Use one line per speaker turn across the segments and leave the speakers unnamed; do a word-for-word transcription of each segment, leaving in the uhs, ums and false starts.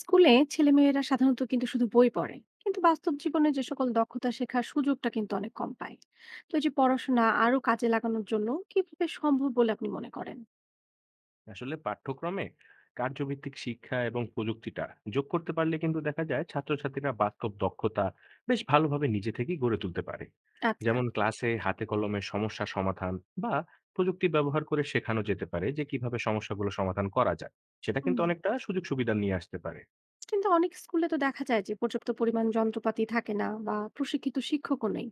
স্কুলে ছেলেমেয়েরা সাধারণত কিন্তু শুধু বই পড়ে। কিন্তু বাস্তব জীবনে যে সকল দক্ষতা শেখার সুযোগটা কিন্তু অনেক কম পায়। তো এই যে পড়াশোনা আরো কাজে লাগানোর জন্য কিভাবে সম্ভব বলে আপনি মনে করেন?
আসলে পাঠ্যক্রমে কার্যভিত্তিক শিক্ষা এবং প্রযুক্তিটা যোগ করতে পারলে কিন্তু দেখা যায় ছাত্রছাত্রীরা বাস্তব দক্ষতা বেশ ভালোভাবে নিজে থেকেই গড়ে তুলতে পারে।
আচ্ছা।
যেমন ক্লাসে হাতে কলমে সমস্যা সমাধান বা প্রযুক্তি ব্যবহার করে শেখানো যেতে পারে যে কিভাবে সমস্যাগুলো সমাধান করা যায়, সেটা কিন্তু
হুম।
অনেকটা সুযোগ সুবিধা নিয়ে আসতে পারে।
কিন্তু অনেক স্কুলে তো দেখা যায় যে পর্যাপ্ত পরিমাণ যন্ত্রপাতি থাকে না বা প্রশিক্ষিত শিক্ষকও নেই।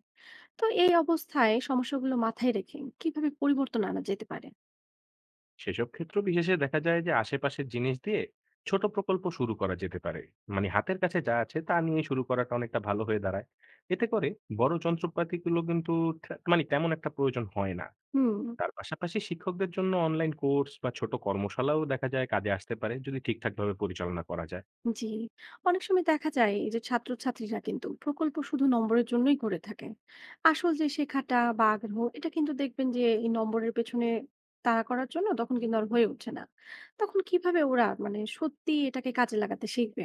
তো এই অবস্থায় সমস্যাগুলো মাথায় রেখে কিভাবে পরিবর্তন আনা যেতে পারে?
সেসব ক্ষেত্র বিশেষে দেখা যায় যে আশেপাশের জিনিস দিয়ে ছোট প্রকল্প শুরু করা যেতে পারে, মানে হাতের কাছে যা আছে তা নিয়ে শুরু করাটা অনেকটা ভালো হয়ে দাঁড়ায়। এতে করে বড় যন্ত্রপাতিগুলো কিন্তু থে- মানে তেমন একটা প্রয়োজন হয় না।
হুম।
তার পাশাপাশি শিক্ষকদের জন্য অনলাইন কোর্স বা ছোট কর্মশালাও দেখা যায় কাজে আসতে পারে যদি ঠিকঠাক ভাবে পরিচালনা করা যায়।
জি। অনেক সময় দেখা যায় এই যে ছাত্রছাত্রীরা কিন্তু প্রকল্প শুধু নম্বরের জন্যই করে থাকে। আসল যে শেখাটা বা আগ্রহ, এটা কিন্তু দেখবেন যে এই নম্বরের পেছনে তাড়া করার জন্য তখন কিন্তু আর হয়ে ওঠে না। তখন কিভাবে ওরা মানে সত্যি এটাকে কাজে লাগাতে শিখবে?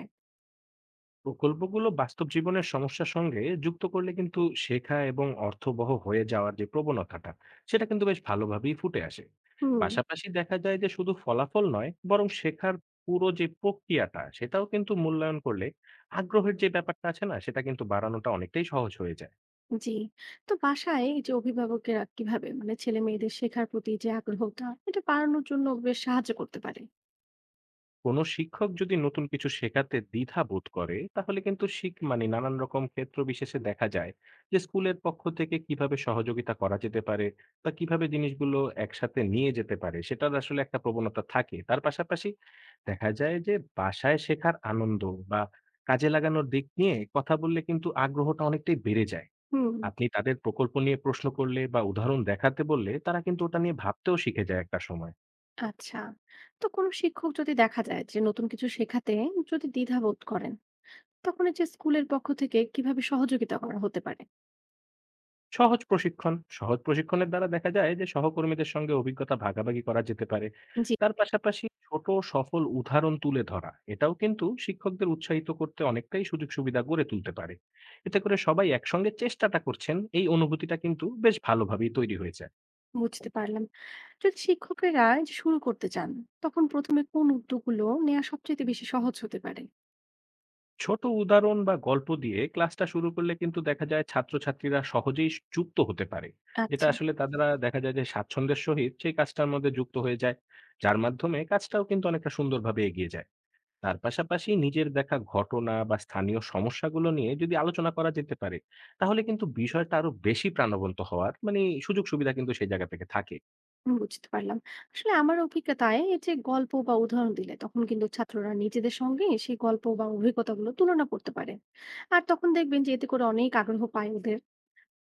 প্রকল্পগুলো বাস্তব জীবনের সমস্যার সঙ্গে যুক্ত করলে কিন্তু শেখা এবং অর্থবহ হয়ে যাওয়ার যে প্রবণতাটা, সেটা কিন্তু বেশ ভালোভাবেই ফুটে আসে।
হুম।
পাশাপাশি দেখা যায় যে শুধু ফলাফল নয় বরং শেখার পুরো যে প্রক্রিয়াটা সেটাও কিন্তু মূল্যায়ন করলে আগ্রহের যে ব্যাপারটা আছে না, সেটা কিন্তু বাড়ানোটা অনেকটাই সহজ হয়ে যায়।
জি। তো বাসায় এই যে অভিভাবকেরা কিভাবে মানে ছেলে মেয়েদের শেখার প্রতি যে আগ্রহটা এটা বাড়ানোর জন্য বেশ সাহায্য করতে পারে?
কোনো শিক্ষক যদি নতুন কিছু শেখাতে দ্বিধা বোধ করে তাহলে কিন্তু শিখ মানে নানান রকম ক্ষেত্র বিশেষে দেখা যায় যে স্কুলের পক্ষ থেকে কিভাবে সহযোগিতা করা যেতে পারে বা কিভাবে জিনিসগুলো একসাথে নিয়ে যেতে পারে সেটার আসলে একটা প্রবণতা থাকে। তার পাশাপাশি দেখা যায় যে বাসায় শেখার আনন্দ বা কাজে লাগানোর দিক নিয়ে কথা বললে কিন্তু আগ্রহটা অনেকটাই বেড়ে যায়।
হুম।
আপনি তাদের প্রকল্প নিয়ে প্রশ্ন করলে বা উদাহরণ দেখাতে বললে তারা কিন্তু ওটা নিয়ে ভাবতেও শিখে যায় একটা সময়।
আচ্ছা। তো কোনো শিক্ষক যদি দেখা যায় যে নতুন কিছু শেখাতে যদি দ্বিধা বোধ করেন, তখন এই যে স্কুলের পক্ষ থেকে কিভাবে সহযোগিতা করা হতে পারে?
সহজ প্রশিক্ষণ। সহজ প্রশিক্ষণের দ্বারা দেখা যায় যে সহকর্মীদের সঙ্গে অভিজ্ঞতা ভাগাভাগি করা যেতে পারে।
জি।
তার পাশাপাশি ছোট সফল উদাহরণ তুলে ধরা, এটাও কিন্তু শিক্ষকদের উৎসাহিত করতে অনেকটাই সুযোগ সুবিধা গড়ে তুলতে পারে। এতে করে সবাই একসঙ্গে চেষ্টাটা করছেন, এই অনুভূতিটা কিন্তু বেশ ভালোভাবেই তৈরি হয়েছে।
বুঝতে পারলাম। যদি শিক্ষকেরা এই যে শুরু করতে চান, তখন প্রথমে কোন উদ্যোগগুলো নেওয়া সবচেয়ে বেশি সহজ হতে পারে?
ছোট উদাহরণ বা গল্প দিয়ে ক্লাসটা শুরু করলে কিন্তু দেখা যায় ছাত্রছাত্রীরা সহজেই স যুক্ত হতে পারে। এটা
আচ্ছা।
আসলে তারা দেখা যায় যে স্বাচ্ছন্দ্যের সহিত সেই কাজটার মধ্যে যুক্ত হয়ে যায়। যার মাধ্যমে কাজটাও কিন্তু অনেকটা সুন্দরভাবে এগিয়ে যায়। তার পাশাপাশি নিজের দেখা ঘটনা বা স্থানীয় সমস্যাগুলো নিয়ে যদি আলোচনা করা যেতে পারে, তাহলে কিন্তু বিষয়টা আরো বেশি প্রাণবন্ত হওয়ার মানে সুযোগ সুবিধা কিন্তু সেই জায়গা থেকে থাকে।
হুম, বুঝতে পারলাম। আসলে আমার অভিজ্ঞতায় এই যে গল্প বা উদাহরণ দিলে, তখন কিন্তু ছাত্ররা নিজেদের সঙ্গে সেই গল্প বা অভিজ্ঞতাগুলো তুলনা করতে পারে। আর তখন দেখবেন যে এতে করে অনেক আগ্রহ পায় ওদের।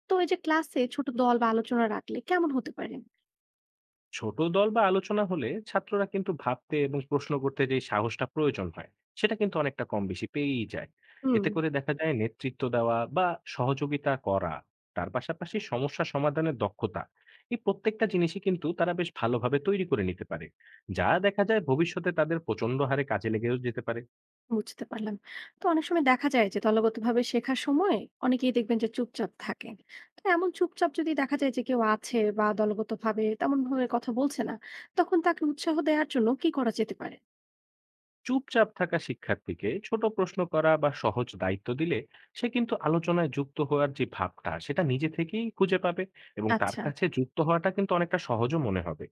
তো এই যে ক্লাসে ছোট দল বা আলোচনা রাখলে কেমন হতে পারে?
ছোট দল বা আলোচনা হলে ছাত্ররা কিন্তু ভাবতে এবং প্রশ্ন করতে যে সাহসটা প্রয়োজন হয়, সেটা কিন্তু অনেকটা কম বেশি পেয়েই যায়।
হুম।
এতে করে দেখা যায় নেতৃত্ব দেওয়া বা সহযোগিতা করা, তার পাশাপাশি সমস্যা সমাধানের দক্ষতা, এই প্রত্যেকটা জিনিসই কিন্তু তারা বেশ ভালোভাবে তৈরি করে নিতে পারে। যা দেখা যায় ভবিষ্যতে তাদের প্রচন্ড হারে কাজে লেগেও যেতে পারে।
বুঝতে পারলাম। তো অনেক সময় দেখা যায় যে দলগতভাবে শেখার সময় অনেকেই দেখবেন যে চুপচাপ থাকে। তো এমন চুপচাপ যদি দেখা যায় যে কেউ আছে বা দলগতভাবে তেমনভাবে কথা বলছে না, তখন তাকে উৎসাহ দেওয়ার জন্য কি করা যেতে পারে?
চুপচাপ থাকা শিক্ষার্থীকে ছোট প্রশ্ন করা বা সহজ দায়িত্ব দিলে সে কিন্তু আলোচনায় যুক্ত হওয়ার যে ভাবটা সেটা নিজে থেকেই খুঁজে পাবে এবং তার
আচ্ছা।
কাছে যুক্ত হওয়াটা কিন্তু অনেকটা সহজও মনে হবে।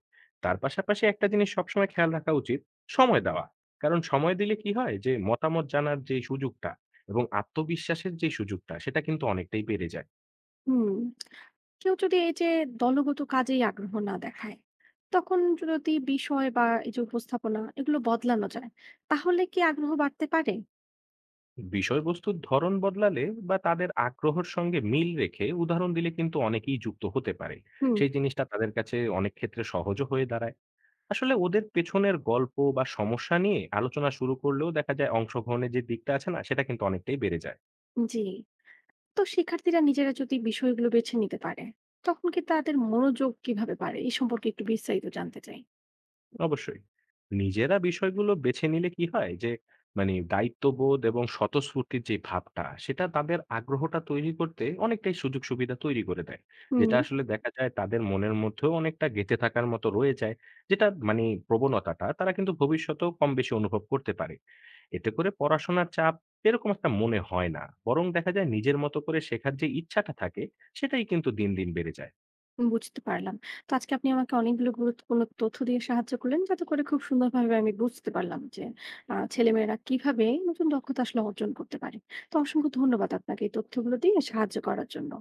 তার পাশাপাশি একটা জিনিস সবসময় খেয়াল রাখা উচিত, সময় দেওয়া। কারণ সময় দিলে কি হয় যে মতামত জানার যে সুযোগটা এবং আত্মবিশ্বাসের যে সুযোগটা সেটা কিন্তু অনেকটাই বেড়ে যায়।
হুম। কেউ যদি এই যে দলগত কাজেই আগ্রহ না দেখায়, তখন যদি বিষয় বা এই যে উপস্থাপনা এগুলো বদলানো যায়, তাহলে কি আগ্রহ বাড়তে পারে?
বিষয়বস্তুর ধরন বদলালে বা তাদের আগ্রহের সঙ্গে মিল রেখে উদাহরণ দিলে কিন্তু অনেকেই যুক্ত হতে পারে।
হুম।
সেই জিনিসটা তাদের কাছে অনেক ক্ষেত্রে সহজও হয়ে দাঁড়ায়। আসলে ওদের পেছনের গল্প বা সমস্যা নিয়ে আলোচনা শুরু করলেও দেখা যায় অংশগ্রহণের যে দিকটা আছে না সেটা কিন্তু অনেকটাই বেড়ে যায়।
জি। তো শিক্ষার্থীরা নিজেরা যদি বিষয়গুলো বেছে নিতে পারে, তখন কি তাদের মনোযোগ কিভাবে বাড়ে এই সম্পর্কে একটু বিস্তারিত জানতে চাই।
অবশ্যই। নিজেরা বিষয়গুলো বেছে নিলে কি হয় যে মানে দায়িত্ববোধ এবং স্বতঃস্ফূর্তির যে ভাবটা সেটা তাদের আগ্রহটা তৈরি করতে অনেকটাই সুযোগ সুবিধা তৈরি করে দেয়।
হুম।
যেটা আসলে দেখা যায় তাদের মনের মধ্যেও অনেকটা গেঁথে থাকার মতো রয়ে যায়। যেটা মানে প্রবণতাটা তারা কিন্তু ভবিষ্যতেও কম বেশি অনুভব করতে পারে। এতে করে পড়াশোনার চাপ এরকম একটা মনে হয় না। বরং দেখা যায় নিজের মতো করে শেখার যে ইচ্ছাটা থাকে সেটাই কিন্তু দিন, দিন বেড়ে যায়।
বুঝতে পারলাম। তো আজকে আপনি আমাকে অনেকগুলো গুরুত্বপূর্ণ তথ্য দিয়ে সাহায্য করলেন, যাতে করে খুব সুন্দরভাবে আমি বুঝতে পারলাম যে আহ, ছেলেমেয়েরা কিভাবে নতুন দক্ষতা আসলে অর্জন করতে পারে। তো অসংখ্য ধন্যবাদ আপনাকে এই তথ্যগুলো দিয়ে সাহায্য করার জন্য।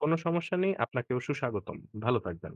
কোনো সমস্যা নেই। আপনাকেও সুস্বাগতম। ভালো থাকবেন।